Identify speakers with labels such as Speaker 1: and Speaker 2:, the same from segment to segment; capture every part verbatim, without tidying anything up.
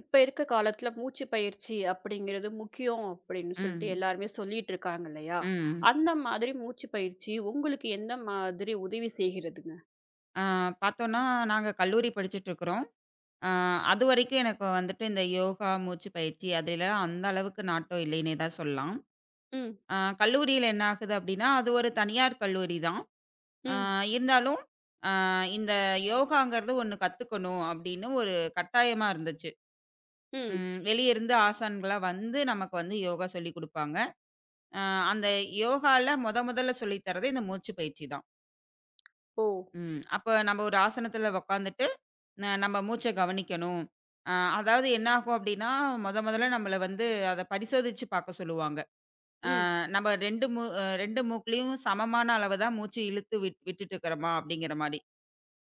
Speaker 1: இப்ப இருக்க காலத்துல மூச்சு பயிற்சி அப்படிங்கிறது முக்கியம் அப்படின்னு சொல்லிட்டு
Speaker 2: ம்.
Speaker 1: எல்லாருமே சொல்லிட்டு இருக்காங்க இல்லையா?
Speaker 2: ம்.
Speaker 1: அந்த மாதிரி மூச்சு பயிற்சி உங்களுக்கு எந்த மாதிரி உதவி செய்கிறதுங்க?
Speaker 2: ஆ பார்த்தோன்னா, நாங்க கல்லூரி படிச்சுட்டுருக்குறோம். ஆ அதுவரைக்கும் எனக்கு வந்துட்டு இந்த யோகா, மூச்சு பயிற்சி அதுலலாம் அந்த அளவுக்கு நாட்டம் இல்லைன்னே தான் சொல்லலாம்.
Speaker 1: ம்,
Speaker 2: ஆ கல்லூரியில என்ன ஆகுது அப்டின்னா, அது ஒரு தனியார் கல்லூரி தான். ஆ
Speaker 1: ம்,
Speaker 2: இருந்தாலும் ஆ இந்த யோகாங்கிறது ஒண்ணு கத்துக்கணும் அப்டின்னு ஒரு கட்டாயமா இருந்துச்சு.
Speaker 1: ம்.
Speaker 2: ம் வெளியருந்து ஆசான்களா வந்து நமக்கு வந்து யோகா சொல்லிக் குடுப்பாங்க. ஆ அந்த யோகால மொத மொதல்ல சொல்லி தர்றது இந்த மூச்சு பயிற்சி தான்.
Speaker 1: ஓ!
Speaker 2: ம். அப்ப நம்ம ஒரு ஆசனத்துல உக்காந்துட்டு, ந நம்ம மூச்ச கவனிக்கணும். அ அதாவது என்ன ஆகும் அப்டின்னா, மொத மொதல்ல நம்மள வந்து அத பரிசோதிச்சு பாக்க சொல்லுவாங்க. அ
Speaker 1: ம்,
Speaker 2: நம்ம ரெண்டு மூ அ ரெண்டு மூக்குலயும் சமமான அளவு தான் மூச்சு இழுத்து விட் விட்டுட்டு இருக்கிறோமா அப்படிங்கிற மாரி.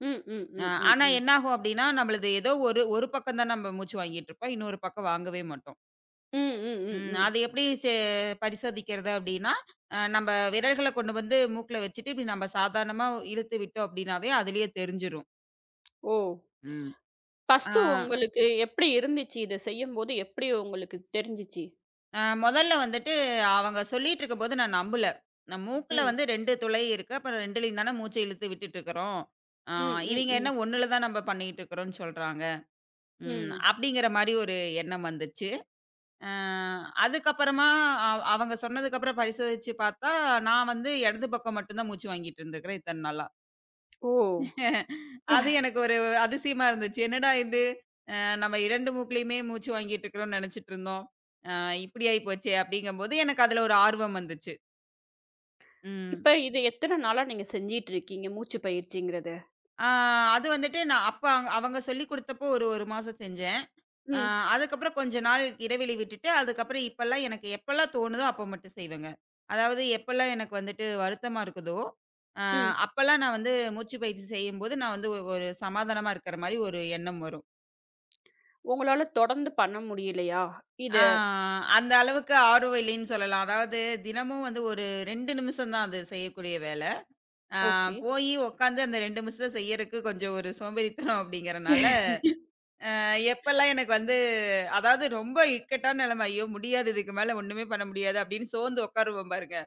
Speaker 1: ம், ம்,
Speaker 2: அ
Speaker 1: ம், ம்,
Speaker 2: ஆனா
Speaker 1: ம்.
Speaker 2: என்ன ஆகும் அப்டின்னா, நம்மளது ஏதோ ஒரு ஒரு பக்கம் தான் நம்ம மூச்சு வாங்கிட்டுருப்போம். இன்னொரு பக்கம் வாங்கவே மாட்டோம்.
Speaker 1: ம், ம், ம்,
Speaker 2: ம்.
Speaker 1: ம்.
Speaker 2: அது எப்படி செ பரிசோதிக்கிறது அப்டின்னா, அ நம்ம விரல்கள கொண்டு வந்து மூக்குல வச்சுட்டு, இப்படி நம்ம சாதாரணமா இழுத்து விட்டோம் அப்டின்னாவே, அதுலயே தெரிஞ்சிரும்.
Speaker 1: ஓ!
Speaker 2: ம். ஆ.
Speaker 1: ஃபர்ஸ்ட்டு உங்களுக்கு எப்படி இருந்துச்சு? இத செய்யும்போது எப்படி உங்களுக்கு தெரிஞ்சுச்சு?
Speaker 2: அ மொதல்ல வந்துட்டு அவங்க சொல்லிட்டு இருக்கும்போது நான் நம்பல. நான் மூக்குல
Speaker 1: ம்,
Speaker 2: வந்து ரெண்டு துளை இருக்கு. அப்புறம் ரெண்டுலயும் தானே மூச்ச இழுத்து விட்டுட்டு இருக்கிறோம். ஆ
Speaker 1: ம், ம்,
Speaker 2: இவங்க என்ன
Speaker 1: ம்,
Speaker 2: ஒண்ணுல தான் நம்ம பண்ணிட்டு இருக்கிறோம்ன்னு சொல்றாங்க. ம்
Speaker 1: ம்.
Speaker 2: அப்படிங்கிற மாரி ஒரு எண்ணம் வந்துச்சு. அ அதுக்கப்புறமா அ அவங்க சொன்னதுக்கப்புறம் பரிசோதிச்சு பார்த்தா, நான் வந்து இடது பக்கம் மட்டும் தான் மூச்சு வாங்கிட்டு இருந்திருக்கிறேன் இத்தன நாளா.
Speaker 1: ஓ!
Speaker 2: அது எனக்கு ஒரு அதிசயமா இருந்துச்சு. என்னடா இது! அ நம்ம ரெண்டு மூக்குலயுமே மூச்சு வாங்கிட்டு இருக்கிறோம்னு நெனச்சுட்டு இருந்தோம். அ இப்படி ஆயி போச்சே! அப்படிங்கும்போது எனக்கு அதுல ஒரு ஆர்வம் வந்துச்சு. ம்.
Speaker 1: இப்ப இது எத்தன நாளா நீங்க செஞ்சிட்டு இருக்கீங்க மூச்சு பயிற்சிங்கிறத?
Speaker 2: ஆ அது வந்துட்டு நான் அப்ப அங் அவங்க சொல்லிக் குடுத்தப்போ ஒரு 1 மாசம் செஞ்சேன். அ
Speaker 1: ம்,
Speaker 2: அதுக்கப்புறம் கொஞ்ச நாள் இடைவெளி விட்டுட்டு, அதுக்கப்புறம் இப்பல்லாம் எனக்கு எப்பல்லாம் தோணுதோ அப்ப மட்டும் செய்வேங்க. அதாவது எப்பல்லாம் எனக்கு வந்துட்டு வருத்தமா இருக்குதோ, அ
Speaker 1: ம்.
Speaker 2: அப்பல்லாம் நான் வந்து மூச்சு பயிற்சி செய்யும்போது நான் வந்து ஒரு ஒரு சமாதானமா இருக்கிற மாரி ஒரு எண்ணம் வரும்.
Speaker 1: உங்களால தொடர்ந்து பண்ண முடியலையா?
Speaker 2: ஆ
Speaker 1: இது
Speaker 2: அந்த அளவுக்கு ஆர்வம் இல்லைன்னு சொல்லலாம். அதாவது தினமும் வந்து ஒரு ரெண்டு நிமிஷம் தான் அது செய்யக்கூடிய வேல. ஆ
Speaker 1: ஓகே.
Speaker 2: போயி உட்காந்து அந்த ரெண்டு நிமிஷத்த செய்யறக்கு கொஞ்சம் ஒரு சோம்பேறித்தனம் அப்படிங்கிறனால, அ எப்பல்லாம் எனக்கு வந்து அதாவது ரொம்ப இக்கட்டான நிலைமை, "ஐயோ! முடியாது இதுக்கு மேல ஒண்ணுமே பண்ண முடியாது" அப்படின்னு சோர்ந்து உட்காருவோம் பாருங்க.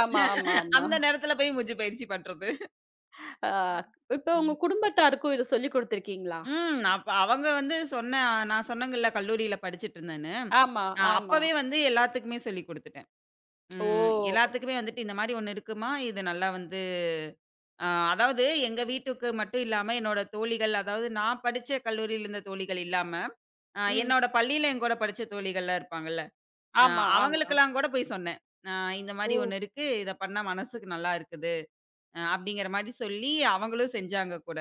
Speaker 1: ஆமா, ஆமா, ஆமா.
Speaker 2: அந்த நேரத்துல போய் மூச்சு பயிற்சி பண்றது.
Speaker 1: ஆ இப்ப
Speaker 2: ம்.
Speaker 1: உங்க குடும்பத்தாருக்கும் இத சொல்லிக் குடுத்துருக்கீங்களா?
Speaker 2: ம். அப்ப அவங்க வந்து சொன்ன நான் சொன்னேங்கல்ல கல்லூரியில படிச்சுட்டு இருந்தேன்னு.
Speaker 1: ஆமா,
Speaker 2: அ
Speaker 1: ஆமா.
Speaker 2: அப்பவே வந்து எல்லாத்துக்குமே சொல்லிக் குடுத்துட்டேன். ம்
Speaker 1: ஓ!
Speaker 2: எல்லாத்துக்குமே வந்துட்டு இந்த மாரி ஒண்ணு இருக்குமா? இது நல்லா வந்து. ஆ அதாவது எங்க வீட்டுக்கு மட்டும் இல்லாம, என்னோட தோழிகள் அதாவது நான் படிச்ச கல்லூரியில இருந்த தோழிகள் இல்லாம, அ
Speaker 1: ம்.
Speaker 2: என்னோட பள்ளியில என் கூட படிச்ச தோழிகள்லாம் இருப்பாங்கல்ல. அ
Speaker 1: ஆமா, ஆமா.
Speaker 2: அவங்களுக்கெல்லாம் கூட போய் சொன்னேன். அ இந்த மாரி
Speaker 1: ஓ!
Speaker 2: ஒண்ணு இருக்கு. இத பண்ணா மனசுக்கு நல்லா இருக்குது. அ அப்படிங்கிற மாரி சொல்லி அவங்களும் செஞ்சாங்க கூட.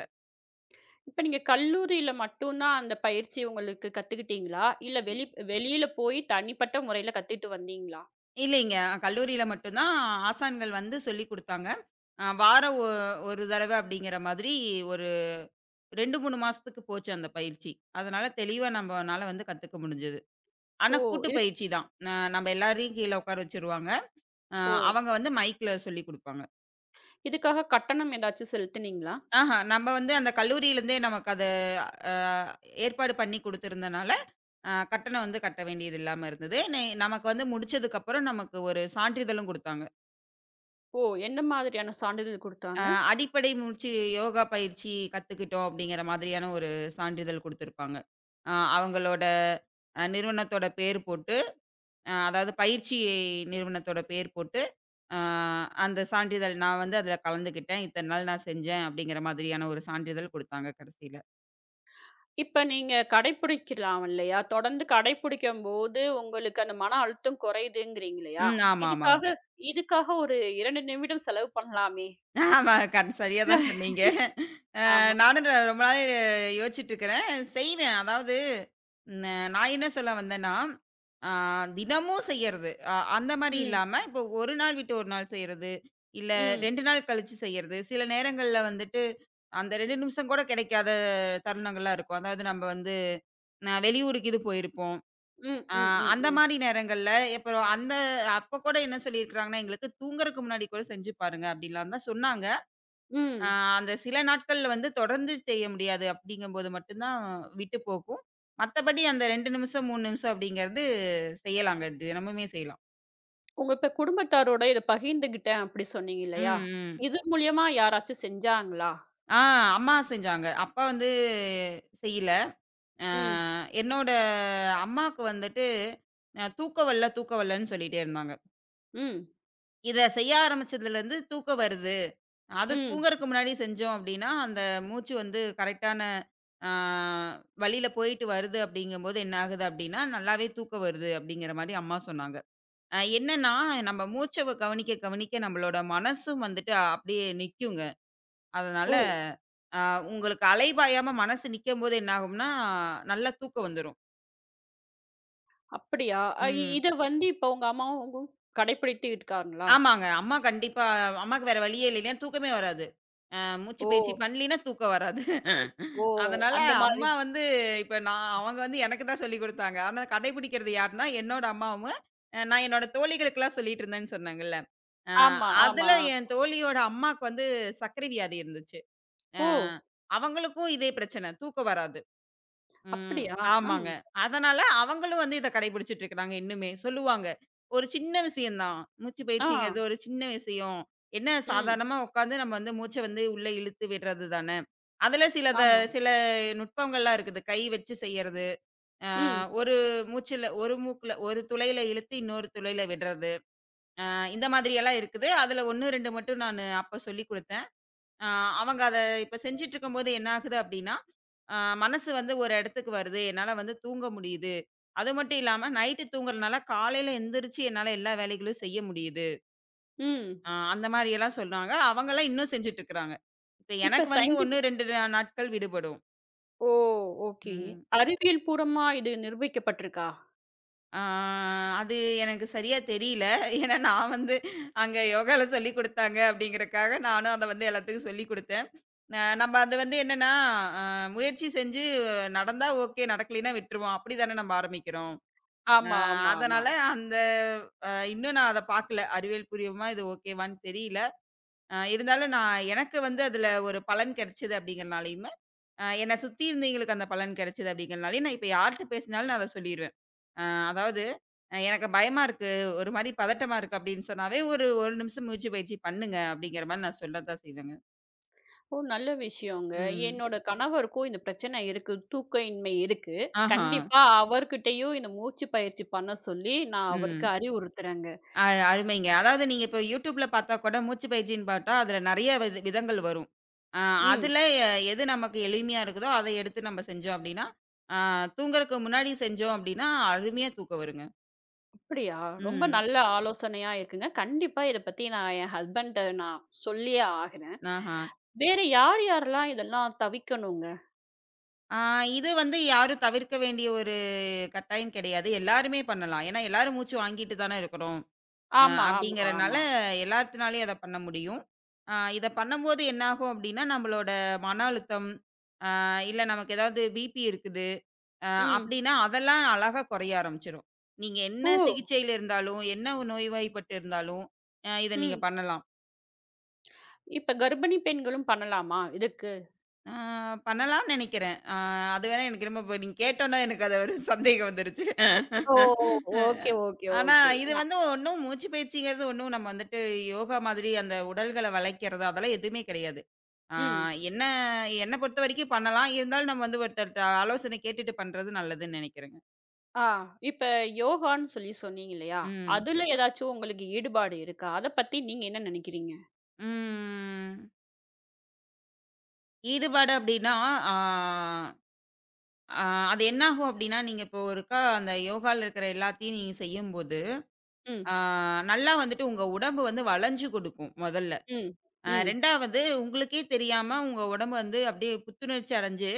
Speaker 1: இப்ப நீங்க கல்லூரியில மட்டும் தான் அந்த பயிற்சி உங்களுக்கு கத்துக்கிட்டீங்களா? இல்ல வெளி வெளியில போய் தனிப்பட்ட முறையில கத்துட்டு வந்தீங்களா?
Speaker 2: இல்லைங்க. கல்லூரியில மட்டும் தான் ஆசான்கள் வந்து சொல்லிக் குடுத்தாங்க. அ வாரம் ஒ ஒரு தடவ அப்படிங்கிற மாதிரி ஒரு ரெண்டு, மூணு மாசத்துக்கு போச்சு அந்த பயிற்சி. அதனால தெளிவா நம்மனால வந்து கத்துக்க முடிஞ்சது. ஆனா
Speaker 1: ஓ!
Speaker 2: கூட்டு
Speaker 1: இது
Speaker 2: பயிற்சி தான். அ நம்ம எல்லாரையும் கீழ உட்கார வச்சுருவாங்க. அ
Speaker 1: ஓ!
Speaker 2: அவங்க வந்து மைக்ல சொல்லிக் குடுப்பாங்க.
Speaker 1: இதுக்காக கட்டணம் ஏதாச்சும் செலுத்துனீங்களா?
Speaker 2: ஆஹா, நம்ம வந்து அந்த கல்லூரியிலருந்தே நமக்கு அத அ ஏற்பாடு பண்ணி குடுத்திருந்தனால, அ கட்டணம் வந்து கட்ட வேண்டியது இல்லாம இருந்தது. நெ நமக்கு வந்து முடிச்சதுக்கப்புறம் நமக்கு ஒரு சான்றிதழும் குடுத்தாங்க.
Speaker 1: ஓ! எந்த மாதிரியான சான்றிதழ்
Speaker 2: அ
Speaker 1: குடுத்தாங்க?
Speaker 2: அடிப்படை மூச்சு யோகா பயிற்சி கத்துக்கிட்டோம் அப்படிங்கிற மாதிரியான ஒரு சான்றிதழ் குடுத்திருப்பாங்க. அ அவங்களோட அ நிறுவனத்தோட பேர் போட்டு, அ அதாவது பயிற்சி நிறுவனத்தோட பேர் போட்டு ஆ அந்த சான்றிதழ் நான் வந்து அதில கலந்துக்கிட்டேன். இத்தன நாள் நான் செஞ்சேன். அப்படிங்கிற மாதிரியான ஒரு சான்றிதழ் குடுத்தாங்க கடைசியில.
Speaker 1: இப்ப நீங்க கடைப்பிடிக்கலாம் இல்லையா? தொடர்ந்து கடைப்பிடிக்கும்போது, உங்களுக்கு அந்த மன அழுத்தம் குறையுதுங்கிறீங்க இல்லையா?
Speaker 2: ம். ஆமா, ஆமாங்க.
Speaker 1: இதுக்காக இதுக்காக ஒரு 2 நிமிடம் செலவு பண்ணலாமே!
Speaker 2: ஆமா. கண் சரியா தான் சொன்னீங்க. அ
Speaker 1: ஆமா.
Speaker 2: நானும் ர ரொம்ப நாள் யோசிச்சுட்டு இருக்கிறேன். செய்வேன். அதாவது ந நான் என்ன சொல்ல வந்தேன்னா, அ தினமும் செய்யறது. அ அந்த மாரி
Speaker 1: ம்,
Speaker 2: இல்லாம, இப்போ ஒரு நாள் விட்டு ஒரு நாள் செய்யறது. இல்ல
Speaker 1: ம்,
Speaker 2: ரெண்டு நாள் கழிச்சு செய்யறது. சில நேரங்கள்ல வந்துட்டு, அந்த ரெண்டு நிமிஷம் கூட கிடைக்காத தருணங்கள்லாம் இருக்கும். அதாவது நம்ம வந்து அ வெளியூருக்கு இது போயிருப்போம்.
Speaker 1: ம்,
Speaker 2: அ
Speaker 1: ம், ம்,
Speaker 2: அந்த
Speaker 1: ம்,
Speaker 2: மாரி நேரங்கள்ல அப்புறம் அந்த அப்ப கூட என்ன சொல்லியிருக்கிறாங்கன்னா, எங்களுக்கு தூங்குறதுக்கு முன்னாடி கூட செஞ்சு பாருங்க அப்படிலாம் தான் சொன்னாங்க. ஆ
Speaker 1: ம்.
Speaker 2: அந்த சில நாட்கள்ல வந்து தொடர்ந்து செய்ய முடியாது அப்படிங்கும்போது மட்டும் தான் விட்டு போகும். மத்தபடி அந்த ரெண்டு நிமிஷம், மூணு நிமிஷம் அப்படிங்கிறது செய்யலாங்க. தினமுமே செய்யலாம்.
Speaker 1: உங்க இப்ப குடும்பத்தாரோட இத பகிர்ந்துகிட்டேன் அப்படி சொன்னீங்க இல்லையா?
Speaker 2: ம், ம்.
Speaker 1: இது மூலியமா யாராச்சும் செஞ்சாங்களா?
Speaker 2: ஆ அம்மா செஞ்சாங்க. அப்பா வந்து செய்யல. ஆ
Speaker 1: ம்,
Speaker 2: என்னோட அம்மாக்கு வந்துட்டு அ தூக்கம் வல்ல, தூக்கம் வல்லன்னு சொல்லிட்டே இருந்தாங்க.
Speaker 1: ம்,
Speaker 2: இத செய்ய ஆரம்பிச்சதுலருந்து தூக்கம் வருது. அது
Speaker 1: ம்.
Speaker 2: தூங்குறதுக்கு முன்னாடி செஞ்சோம் அப்டின்னா, அந்த மூச்சு வந்து கரெக்ட்டான ஆ வழியில போயிட்டு வருது அப்டிங்கும்போது என்ன ஆகுது அப்டின்னா, நல்லாவே தூக்கம் வருது அப்டிங்கிற மாரி அம்மா சொன்னாங்க. அ என்னன்னா, நம்ம மூச்ச கவனிக்க கவனிக்க நம்மளோட மனசும் வந்துட்டு அப்டியே நிக்குங்க. அதனால
Speaker 1: ஓ!
Speaker 2: அ உங்களுக்கு அலைபாயாம மனசு நிக்கும்போது என்ன ஆகும்னா, நல்லா தூக்கம் வந்துரும்.
Speaker 1: அப்படியா? அ இ
Speaker 2: ம்.
Speaker 1: இத வந்து இப்ப உங்க அம்மாவும் உங்க கடைப்பிடித்து இருக்காங்களா?
Speaker 2: ஆமாங்க. அம்மா கண்டிப்பா அம்மாக்கு வேற வழியே இல்ல. இல்லைன்னா தூக்கமே வராது. அ மூச்சு
Speaker 1: ஓ!
Speaker 2: பயிற்சி பண்ணலின்னா தூக்கம் வராது.
Speaker 1: ஓ!
Speaker 2: அதனால
Speaker 1: அந்த மாதிரி.
Speaker 2: அம்மா வந்து இப்ப நான் அவங்க வந்து எனக்கு தான் சொல்லிக் குடுத்தாங்க. ஆனா கடைபிடிக்கிறது யாருன்னா, என்னோட அம்மாவும், அ நான் என்னோட தோழிகளுக்கெல்லாம் சொல்லிட்டு இருந்தேன்னு சொன்னேங்கல்ல. அ
Speaker 1: ஆமா,
Speaker 2: அதுல
Speaker 1: ஆமா.
Speaker 2: என் தோழியோட அம்மாக்கு வந்து சர்க்கரை வியாதி இருந்துச்சு. அ
Speaker 1: ஓ!
Speaker 2: அவங்களுக்கும் இதே பிரச்சனை. தூக்கம் வராது. ம்.
Speaker 1: அப்படியா? ம்.
Speaker 2: ஆமாங்க. அதனால அவங்களும் வந்து இத கடைபிடிச்சுட்டு இருக்கிறாங்க இன்னுமே. சொல்லுவாங்க. ஒரு சின்ன விஷயம் தான். மூச்சு
Speaker 1: ஆ.
Speaker 2: பயிற்சிங்கிறது ஒரு சின்ன விஷயம். என்ன
Speaker 1: ம்.
Speaker 2: சாதாரணமா உட்காந்து நம்ம வந்து மூச்ச வந்து உள்ள இழுத்து விடுறது தானே. அதுல சிலத
Speaker 1: ஆமா.
Speaker 2: சில நுட்பங்கள்லாம் இருக்குது. கை வச்சு செய்யறது. அ
Speaker 1: ம்.
Speaker 2: ஒரு மூச்சுல ஒரு மூக்குல ஒரு துளையில இழுத்து இன்னொரு துளையில விடுறது. அ இந்த மாதிரியெல்லாம் இருக்குது. அதுல ஒண்ணு, ரெண்டு மட்டும் நானு அப்ப சொல்லிக் குடுத்தேன். ஆ, அவங்க அத இப்ப செஞ்சுட்ருக்கும்போது என்ன ஆகுது அப்டின்னா, அ மனசு வந்து ஒரு இடத்துக்கு வருது. என்னால வந்து தூங்க முடியுது. அது மட்டும் இல்லாம நைட்டு தூங்குறனால காலையில எந்திரிச்சு என்னால எல்லா வேலைகளும் செய்ய முடியுது.
Speaker 1: ம்.
Speaker 2: அ அந்த மாரியெல்லாம் சொன்னாங்க. அவங்கலாம் இன்னும் செஞ்சுட்ருக்காங்க. இப்ப
Speaker 1: இப்ப
Speaker 2: எனக்கு வந்து ஒண்ணு,
Speaker 1: சயின்டிஃபிக்
Speaker 2: ரெண்டு நா நாட்கள் விடுபடும்.
Speaker 1: ஓ! ஓகே.
Speaker 2: ம்.
Speaker 1: அறிவியல் பூர்வமா இது நிரூபிக்கப்பட்டிருக்கா?
Speaker 2: ஆ அது எனக்கு சரியா தெரியல. ஏன்னா நான் வந்து அங்க யோகால சொல்லிக் குடுத்தாங்க அப்டிங்கிறக்காக நானும் அத வந்து எல்லாத்துக்கும் சொல்லிக் குடுத்தேன். அ நம்ம அது வந்து என்னன்னா, அ முயற்சி செஞ்சு நடந்தா ஓகே, நடக்கலைன்னா விட்டுருவோம். அப்படிதானே நம்ம ஆரம்பிக்கிறோம். அ
Speaker 1: ஆமா, ஆமா, ஆமா.
Speaker 2: அதனால அந்த அ இன்னும் நான் அத பார்க்கல. அறிவியல் பூர்வமா இது ஓகேவான்னு தெரியல. அ இருந்தாலும் நான் எனக்கு வந்து அதுல ஒரு பலன் கிடைச்சது அப்படிங்கிறனாலயுமே, அ என்னை சுத்தி இருந்தவங்களுக்கு அந்த பலன் கிடைச்சது அப்படிங்கிறனாலயும், நான் இப்ப யார்ட்ட பேசினாலும் நான் அத சொல்லிருவேன். அ அதாவது அ "எனக்கு பயமா இருக்கு, ஒரு மாரி பதட்டமா இருக்கு" அப்படின்னு சொன்னாவே, "ஒரு 1 நிமிஷம் மூச்சு பயிற்சி பண்ணுங்க" அப்படிங்கிற மாரி நான் சொல்ல தான் செய்வேங்க.
Speaker 1: ஓ! நல்ல விஷயங்க.
Speaker 2: ம்.
Speaker 1: என்னோட கணவருக்கும் இந்த பிரச்சனை இருக்கு. தூக்க இன்மை இருக்கு.
Speaker 2: ஆஹா.
Speaker 1: கண்டிப்பா அவர்கிட்டயும் இந்த மூச்சு பயிற்சி பண்ண சொல்லி நான் அவருக்கு
Speaker 2: ம்.
Speaker 1: அறிவுறுத்துறேங்க.
Speaker 2: அ அருமைங்க. அதாவது நீங்க இப்போ YouTubeல பார்த்தா கூட மூச்சு பயிற்சின்னு பார்த்தா, அதுல நெறைய வித விதங்கள் வரும். அ
Speaker 1: ம்.
Speaker 2: அதுல எது நமக்கு எளிமையா இருக்குதோ, அத எடுத்து நம்ம செஞ்சோம் அப்டின்னா, அ தூங்குறக்கு முன்னாடி செஞ்சோம் அப்டின்னா, அருமையா தூக்கம் வருங்க.
Speaker 1: அப்படியா? ரொம்ப
Speaker 2: ம்.
Speaker 1: நல்ல ஆலோசனையா இருக்குங்க. கண்டிப்பா இத பத்தி நான் என் ஹஸ்பண்ட்ட நான் சொல்லியே ஆகுறேன்.
Speaker 2: ஆஹா.
Speaker 1: வேற யார் யாரெல்லாம் இதெல்லாம் தவிக்கணுங்க?
Speaker 2: ஆ இது வந்து யாரும் தவிர்க்க வேண்டிய ஒரு கட்டாயம் கிடையாது. எல்லாருமே பண்ணலாம். ஏன்னா, எல்லாரும் மூச்சு வாங்கிட்டு தானே இருக்கிறோம். அ
Speaker 1: ஆமா, ஆமா,
Speaker 2: அப்டிங்கிறனால
Speaker 1: ஆமா.
Speaker 2: எல்லாத்துனாலயும் அத பண்ண முடியும். அ இத பண்ணும்போது என்னாகும் அப்டின்னா, நம்மளோட மன அழுத்தம், அ இல்ல நமக்கு ஏதாவது பிபி இருக்குது அ
Speaker 1: ம்.
Speaker 2: அப்டின்னா, அதெல்லாம் அழகா குறைய ஆரம்பிச்சுரும். நீங்க என்ன
Speaker 1: ஓ!
Speaker 2: சிகிச்சையில இருந்தாலும், என்ன ஒரு நோய்வாய்ப்பட்டு இருந்தாலும், அ இத நீங்க
Speaker 1: ம்.
Speaker 2: பண்ணலாம்.
Speaker 1: இப்ப கர்ப்பிணி பெண்களும் பண்ணலாமா இதுக்கு?
Speaker 2: அ பண்ணலாம்னு நெனைக்கிறேன். அ அது வேணா எனக்கு திரும்ப இப்ப நீங்க கேட்டோன்னே எனக்கு அது ஒரு சந்தேகம் வந்துருச்சு.
Speaker 1: ஓ! ஓகே, ஓகே,
Speaker 2: ஆனா,
Speaker 1: ஓகே.
Speaker 2: இது
Speaker 1: ந
Speaker 2: வந்து ஒண்ணும் மூச்சு பயிற்சிங்கிறது ஒண்ணும் நம்ம வந்துட்டு யோகா மாதிரி அந்த உடல்கள வளைக்கிறது அதெல்லாம் எதுவுமே கிடையாது. ஆ
Speaker 1: ம்.
Speaker 2: என்ன என்ன பொறுத்தவரைக்கும் பண்ணலாம். இருந்தாலும் நம்ம வந்து ஒருத்தர்ட்ட ஆலோசனை கேட்டுட்டு பண்றது நல்லதுன்னு நெனைக்கிறேங்க.
Speaker 1: ஆ இப்ப யோகான்னு சொல்லி சொன்னீங்க இல்லையா?
Speaker 2: ம்.
Speaker 1: அதுல ஏதாச்சும் உங்களுக்கு ஈடுபாடு இருக்கா? அத பத்தி நீங்க என்ன நினைக்கிறீங்க?
Speaker 2: ம். ஈடுபாடு அப்டின்னா, ஆ ஆ அது என்னாகும் அப்டின்னா, நீங்க இப்போ ஒருக்கா அந்த யோகால இருக்கிற எல்லாத்தையும் நீங்க செய்யும்போது,
Speaker 1: ம்,
Speaker 2: ஆ நல்லா வந்துட்டு உங்க உடம்பு வந்து வளைஞ்சு கொடுக்கும் மொதல்ல.
Speaker 1: ம்,
Speaker 2: அ
Speaker 1: ம்,
Speaker 2: ரெண்டாவது உங்களுக்கே தெரியாம உங்க உடம்பு வந்து அப்டியே புத்துணர்ச்சி அடைஞ்சு,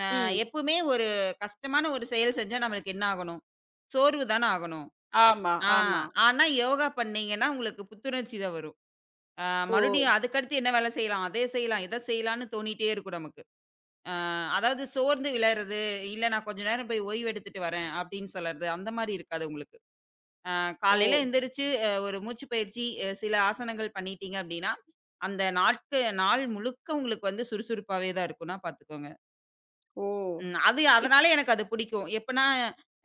Speaker 2: ந
Speaker 1: ம்.
Speaker 2: எப்பவுமே ஒரு கஷ்டமான ஒரு செயல் செஞ்சா நம்மளுக்கு என்ன ஆகணும்? சோர்வு தான ஆகணும்.
Speaker 1: ஆமா,
Speaker 2: ஆ
Speaker 1: ஆமா.
Speaker 2: ஆனா யோகா பண்ணீங்கன்னா, உங்களுக்கு புத்துணர்ச்சி தான் வரும். அ
Speaker 1: ஓ!
Speaker 2: மறுபடியும் அதுக்கடுத்து என்ன வேலை செய்யலாம்? அதே செய்யலாம், இத செய்யலான்னு தோணிட்டே இருக்கும் நமக்கு. ஆ அதாவது சோர்ந்து விழறது, "இல்ல நான் கொஞ்ச நேரம் போய் ஓய்வு எடுத்துட்டு வரேன்" அப்படின்னு சொல்லறது, அந்த மாரி இருக்காது உங்களுக்கு. அ
Speaker 1: ஓ!
Speaker 2: காலையில எந்திரிச்சு அ ஒரு மூச்சு பயிற்சி, அ சில ஆசனங்கள் பண்ணிட்டீங்க அப்படின்னா, அந்த நாட்கு நாள் முழுக்க உங்களுக்கு வந்து சுறுசுறுப்பாவே தான் இருக்கும்னா பார்த்துக்கோங்க.
Speaker 1: ஓ!
Speaker 2: ம். அது
Speaker 1: இப்போ
Speaker 2: அதனால எனக்கு அது பிடிக்கும். எப்பன்னா,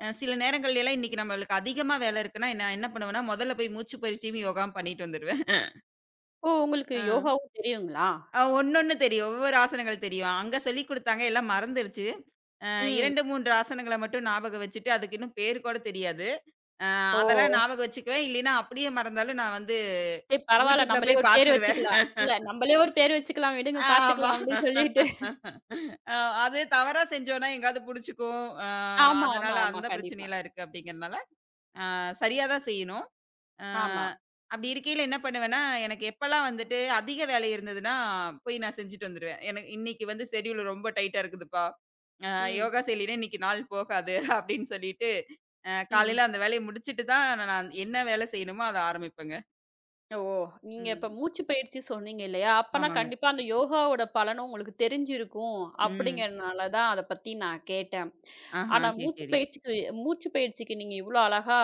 Speaker 2: அ சில நேரங்கள்ல எல்லாம் இன்னைக்கு நம்மளுக்கு அதிகமா வேலை இருக்குன்னா, நான் என்ன பண்ணுவேன்னா, முதல்ல போய் மூச்சு பயிற்சியும், யோகாவும் பண்ணிட்டு வந்துருவேன்.
Speaker 1: உங்களுக்கு
Speaker 2: அ.
Speaker 1: யோகாவும் தெரியுங்களா?
Speaker 2: அ ஒண்ணொண்ணு தெரியும். ஒவ்வொரு ஆசனங்கள் தெரியும். அங்க சொல்லிக் குடுத்தாங்க, எல்லாம் மறந்துருச்சு. அ
Speaker 1: ம்.
Speaker 2: ரெண்டு, மூணு ஆசனங்கள மட்டும் ஞாபகம் வச்சுட்டு, அதுக்கு இன்னும் பேர் கூட தெரியாது. அ
Speaker 1: ஓ!
Speaker 2: அதெல்லாம் ஞாபகம் வச்சுக்குவேன். இல்லைன்னா அப்படியே மறந்தாலும் நான் வந்து
Speaker 1: சரி பரவால்ல
Speaker 2: YouTubeல
Speaker 1: நம்மளே
Speaker 2: போய்
Speaker 1: ஒரு பேர்
Speaker 2: பார்த்துருவேன்.
Speaker 1: வச்சுக்கலாம். இல்ல நம்மளே ஒரு பேர் வச்சுக்கலாம் விடுங்க
Speaker 2: ஆமா.
Speaker 1: பார்த்துக்கலாம் அப்படின்னு சொல்லிட்டு.
Speaker 2: அ அது தவறா செஞ்சோம்னா எங்கேயாவது புடிச்சுக்கும். அ
Speaker 1: ஆமா,
Speaker 2: அதனால
Speaker 1: ஆமா, ஆமா.
Speaker 2: அந்த
Speaker 1: கண்டிப்பா.
Speaker 2: பிரச்சனைலாம் இருக்கு அப்படிங்கிறனால, அ சரியா தான் செய்யணும். அ
Speaker 1: ஆமா.
Speaker 2: அப்படி இருக்கையில என்ன பண்ணுவேன்னா, எனக்கு எப்பலாம் வந்துட்டு அதிக வேலை இருந்ததுன்னா, போய் நான் செஞ்சுட்டு வந்துருவேன். எனக்கு "இன்னைக்கு வந்து ஷெட்யூல் ரொம்ப டைட்டா இருக்குதுப்பா. அ
Speaker 1: ம்,
Speaker 2: யோகா செய்யலைன்னா இன்னைக்கு நாள் போகாது" அப்படின்னு சொல்லிட்டு, அ
Speaker 1: ம்.
Speaker 2: காலையில அந்த வேலைய முடிச்சுட்டு தான் நான் என்ன வேலை செய்யணுமோ அத ஆரம்பிப்பேங்க.
Speaker 1: ஓ! நீங்க இப்ப
Speaker 2: ம்.
Speaker 1: மூச்சு பயிற்சி சொன்னீங்க இல்லையா? அப்பன்னா
Speaker 2: ஆமாங்க.
Speaker 1: கண்டிப்பா அந்த யோகாவோட பலனும் உங்களுக்கு தெரிஞ்சிருக்கும்
Speaker 2: ம்.
Speaker 1: அப்படிங்கிறனால தான் அத பத்தி நான் கேட்டேன்.
Speaker 2: ஆஹா.
Speaker 1: ஆனா
Speaker 2: சரி,
Speaker 1: மூச்சு
Speaker 2: சரி.
Speaker 1: பயிற்சிக்கு மூச்சு பயிற்சிக்கு நீங்க இவ்ளோ அழகா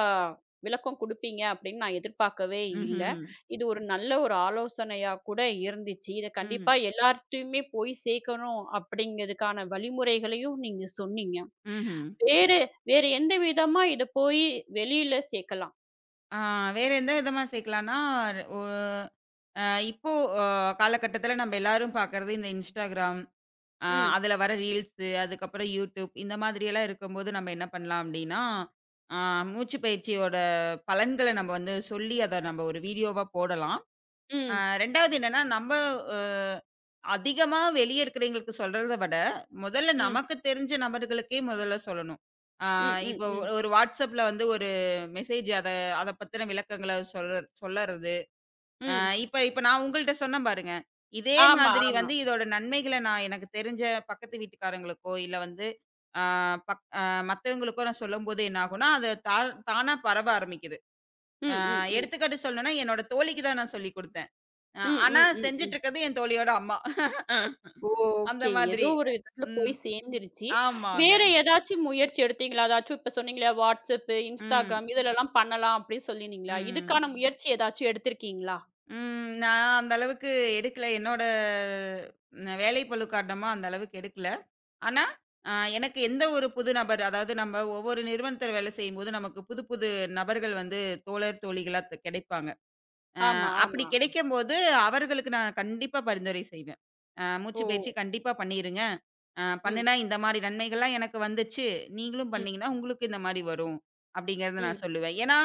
Speaker 1: விளக்கம் குடுப்பீங்க அப்படின்னு நான் எதிர்பார்க்கவே இல்ல.
Speaker 2: ம்ஹ்ம்.
Speaker 1: இது ஒரு நல்ல ஒரு ஆலோசனையா கூட இருந்துச்சு. இத
Speaker 2: ம்.
Speaker 1: கண்டிப்பா எல்லார்ட்டயுமே போய் சேர்க்கணும் அப்படிங்கிறதுக்கான வழிமுறைகளையும் நீங்க சொன்னீங்க.
Speaker 2: ம்ஹ்ம்.
Speaker 1: வேறு வேறு எந்த விதமா இத போய் வெளியில சேர்க்கலாம்?
Speaker 2: ஆ வேற எந்த விதமா சேர்க்கலான்னா, ஒ அ இப்போ அ காலகட்டத்தில நம்ம எல்லாரும் பார்க்கறது இந்த Instagram. ஆ
Speaker 1: ம்.
Speaker 2: அதுல வர ரீல்ஸு, அதுக்கப்புறம் யூடியூப் இந்த மாதிரியெல்லாம் இருக்கும்போது நம்ம என்ன பண்ணலாம் அப்டின்னா, ஆ மூச்சு பயிற்சியோட பலன்கள நம்ம வந்து சொல்லி அத நம்ம ஒரு வீடியோவா போடலாம். ஆ
Speaker 1: ம்,
Speaker 2: ரெண்டாவது என்னன்னா, நம்ம அ அதிகமா வெளிய இருக்கிறவைங்களுக்கு சொல்றத விட, முதல்ல
Speaker 1: ம்.
Speaker 2: நமக்கு தெரிஞ்ச நபர்களுக்கே முதல்ல சொல்லணும். ஆ
Speaker 1: ம், ம்,
Speaker 2: இப்போ
Speaker 1: ம்.
Speaker 2: ஒரு WhatsAppல வந்து ஒரு மெசேஜ் அத அத பத்தின விளக்கங்கள சொல்ற சொல்லறது. அ
Speaker 1: ம்.
Speaker 2: இப்ப இப்ப நான் உங்கள்ட்ட சொன்னேன் பாருங்க. இதே
Speaker 1: ஆமா,
Speaker 2: மாதிரி
Speaker 1: ஆமா.
Speaker 2: வந்து இதோட நன்மைகள நான் எனக்கு தெரிஞ்ச பக்கத்து வீட்டுக்காரங்களுக்கோ, இல்ல வந்து அ பக் அ மத்தவங்களுக்கோ நான் சொல்லும்போது என்ன ஆகும்னா, அது தா தானா பரவ ஆரம்பிக்குது.
Speaker 1: ம்.
Speaker 2: அ
Speaker 1: ம், ம்.
Speaker 2: எடுத்துக்காட்டு சொல்லணும்னா, என்னோட தோழிக்கு தான் நான் சொல்லிக் குடுத்தேன். அ
Speaker 1: ம்,
Speaker 2: ஆனா
Speaker 1: ம், ம்,
Speaker 2: செஞ்சுட்டு
Speaker 1: ம்.
Speaker 2: இருக்கிறது என் தோழியோட அம்மா. அந்த
Speaker 1: ஓகே.
Speaker 2: மாதிரி.
Speaker 1: ஏதோ ஒரு விதத்துல
Speaker 2: ம்.
Speaker 1: போய் சேர்ந்துருச்சு.
Speaker 2: ஆமாங்க.
Speaker 1: வேற ம். ஏதாச்சும் முயற்சி எடுத்தீங்களா? அதாச்சும் இப்ப சொன்னீங்களே WhatsApp,
Speaker 2: ம்.
Speaker 1: Instagram இதுலலாம் பண்ணலாம் அப்படின்னு சொல்லிருந்தீங்களா?
Speaker 2: ம்.
Speaker 1: இதுக்கான ம். முயற்சி ஏதாச்சும் எடுத்திருக்கீங்களா?
Speaker 2: ம். நான் அந்த அளவுக்கு எடுக்கல. என்னோட ந வேலைப்பளு காரணமா அந்த அளவுக்கு எடுக்கல. ஆனா, அ எனக்கு எந்த ஒரு புது நபர் அதாவது நம்ம ஒவ்வொரு நிறுவனத்தில வேலை செய்யும்போது, நமக்கு புது புது நபர்கள் வந்து தோழர், தோழிகளா த் கிடைப்பாங்க.
Speaker 1: ஆமா,
Speaker 2: அப்படி
Speaker 1: ஆமா.
Speaker 2: கிடைக்கும்போது, அவர்களுக்கு நான் கண்டிப்பா பரிந்துரை செய்வேன். அ மூச்சு
Speaker 1: ஓ!
Speaker 2: பயிற்சி கண்டிப்பா பண்ணிருங்க. அ
Speaker 1: ம்,
Speaker 2: பண்ணுனா இந்த மாரி நன்மைகள்லாம் எனக்கு வந்துச்சு. நீங்களும்
Speaker 1: ம்,
Speaker 2: பண்ணீங்கன்னா, உங்களுக்கு இந்த மாரி வரும். அப்படிங்கிறத நான்
Speaker 1: ம்,
Speaker 2: சொல்லுவேன். ஏன்னா,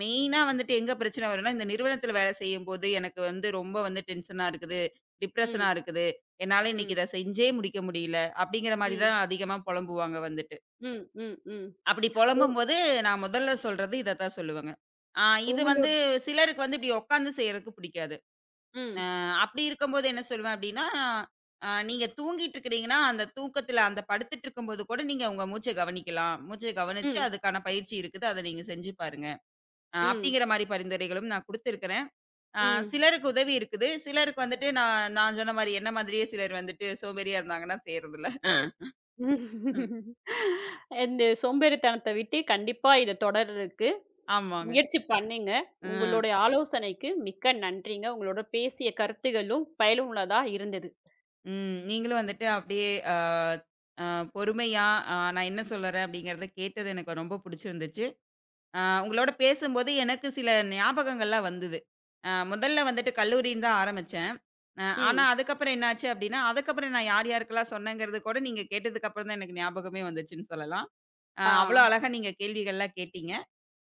Speaker 2: மெயினா வந்துட்டு எங்க பிரச்சனை வரும்னா, இந்த நிறுவனத்தில வேலை செய்யும்போது எனக்கு வந்து ரொம்ப வந்து டென்ஷனா இருக்குது. டிப்ரஷனா
Speaker 1: ம்,
Speaker 2: இருக்குது. என்னால இன்னைக்கு
Speaker 1: ம்,
Speaker 2: இத செஞ்சே முடிக்க முடியல. அப்படிங்கிற மாரி
Speaker 1: ம்,
Speaker 2: தான் அதிகமா புலம்புவாங்க வந்துட்டு.
Speaker 1: ம், ம், ம்.
Speaker 2: அப்படி
Speaker 1: உ
Speaker 2: புலம்பும்போது நான் முதல்ல சொல்றது இத தான் சொல்லுவேங்க. அ இது
Speaker 1: உங்களோ
Speaker 2: வந்து சிலருக்கு வந்து இப்படி உட்காந்து செய்றதுக்கு பிடிக்காது. அ
Speaker 1: ம்,
Speaker 2: அப்படி இருக்கும்போது என்ன சொல்லுவேன் அப்படின்னா, அ நீங்க தூங்கிட்டு இருக்கிறீங்கன்னா, அந்த தூக்கத்தில அந்த படுத்துட்டு இருக்கும்போது கூட நீங்க உங்க மூச்ச கவனிக்கலாம். மூச்ச கவனிச்சு
Speaker 1: ம்,
Speaker 2: அதுக்கான பயிற்சி இருக்குது. அத நீங்க செஞ்சு பாருங்க. அ
Speaker 1: ம்,
Speaker 2: அப்படிங்கிற மாரி பரிந்துரைகளும் நான் குடுத்துருக்கிறேன். அ
Speaker 1: ம்.
Speaker 2: சிலருக்கு உதவி இருக்குது. சிலருக்கு வந்துட்டு நான் நான் சொன்ன மாரி என்ன மாதிரியே சிலர் வந்துட்டு சோம்பேறியா இருந்தாங்கன்னா செய்றதில்ல. அ. ம்.
Speaker 1: இந்த சோம்பேறித்தனத்த விட்டு கண்டிப்பா இத தொடர்றதுக்கு
Speaker 2: ஆமாங்க.
Speaker 1: முயற்சி பண்ணீங்க.
Speaker 2: அ.
Speaker 1: உங்களுடைய ஆலோசனைக்கு மிக்க நன்றிங்க. உங்களோட பேசிய கருத்துகளும் பயனுள்ளதா இருந்தது.
Speaker 2: ம். நீங்களும் வந்துட்டு அப்படியே அ அ பொறுமையா அ நான் என்ன சொல்றேன் அப்படிங்கிறத கேட்டது எனக்கு ரொம்ப புடிச்சிருந்துச்சு. ஆ உங்களோட பேசும்போது எனக்கு சில ஞாபகங்கள்லாம் வந்தது. அ முதல்ல வந்துட்டு கல்லூரின்னு தான் ஆரம்பிச்சேன். அ ஆனா
Speaker 1: ம்.
Speaker 2: அதுக்கப்புறம் என்னாச்சு அப்டின்னா, அதுக்கப்புறம் நான் யார் யாருக்கெல்லாம் சொன்னேங்கிறது கூட நீங்க கேட்டதுக்கு அப்புறம் தான் எனக்கு ஞாபகமே வந்துச்சுன்னு சொல்லலாம். அ
Speaker 1: ஆ
Speaker 2: அவ்ளோ அழகா நீங்க கேள்விகள்லாம் கேட்டீங்க.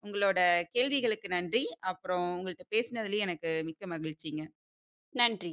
Speaker 2: உங்களோட கேள்விகளுக்கு நன்றி. அப்புறம் உங்கள்ட்ட பேசினதுலயும் எனக்கு மிக்க மகிழ்ச்சிங்க.
Speaker 1: நன்றி.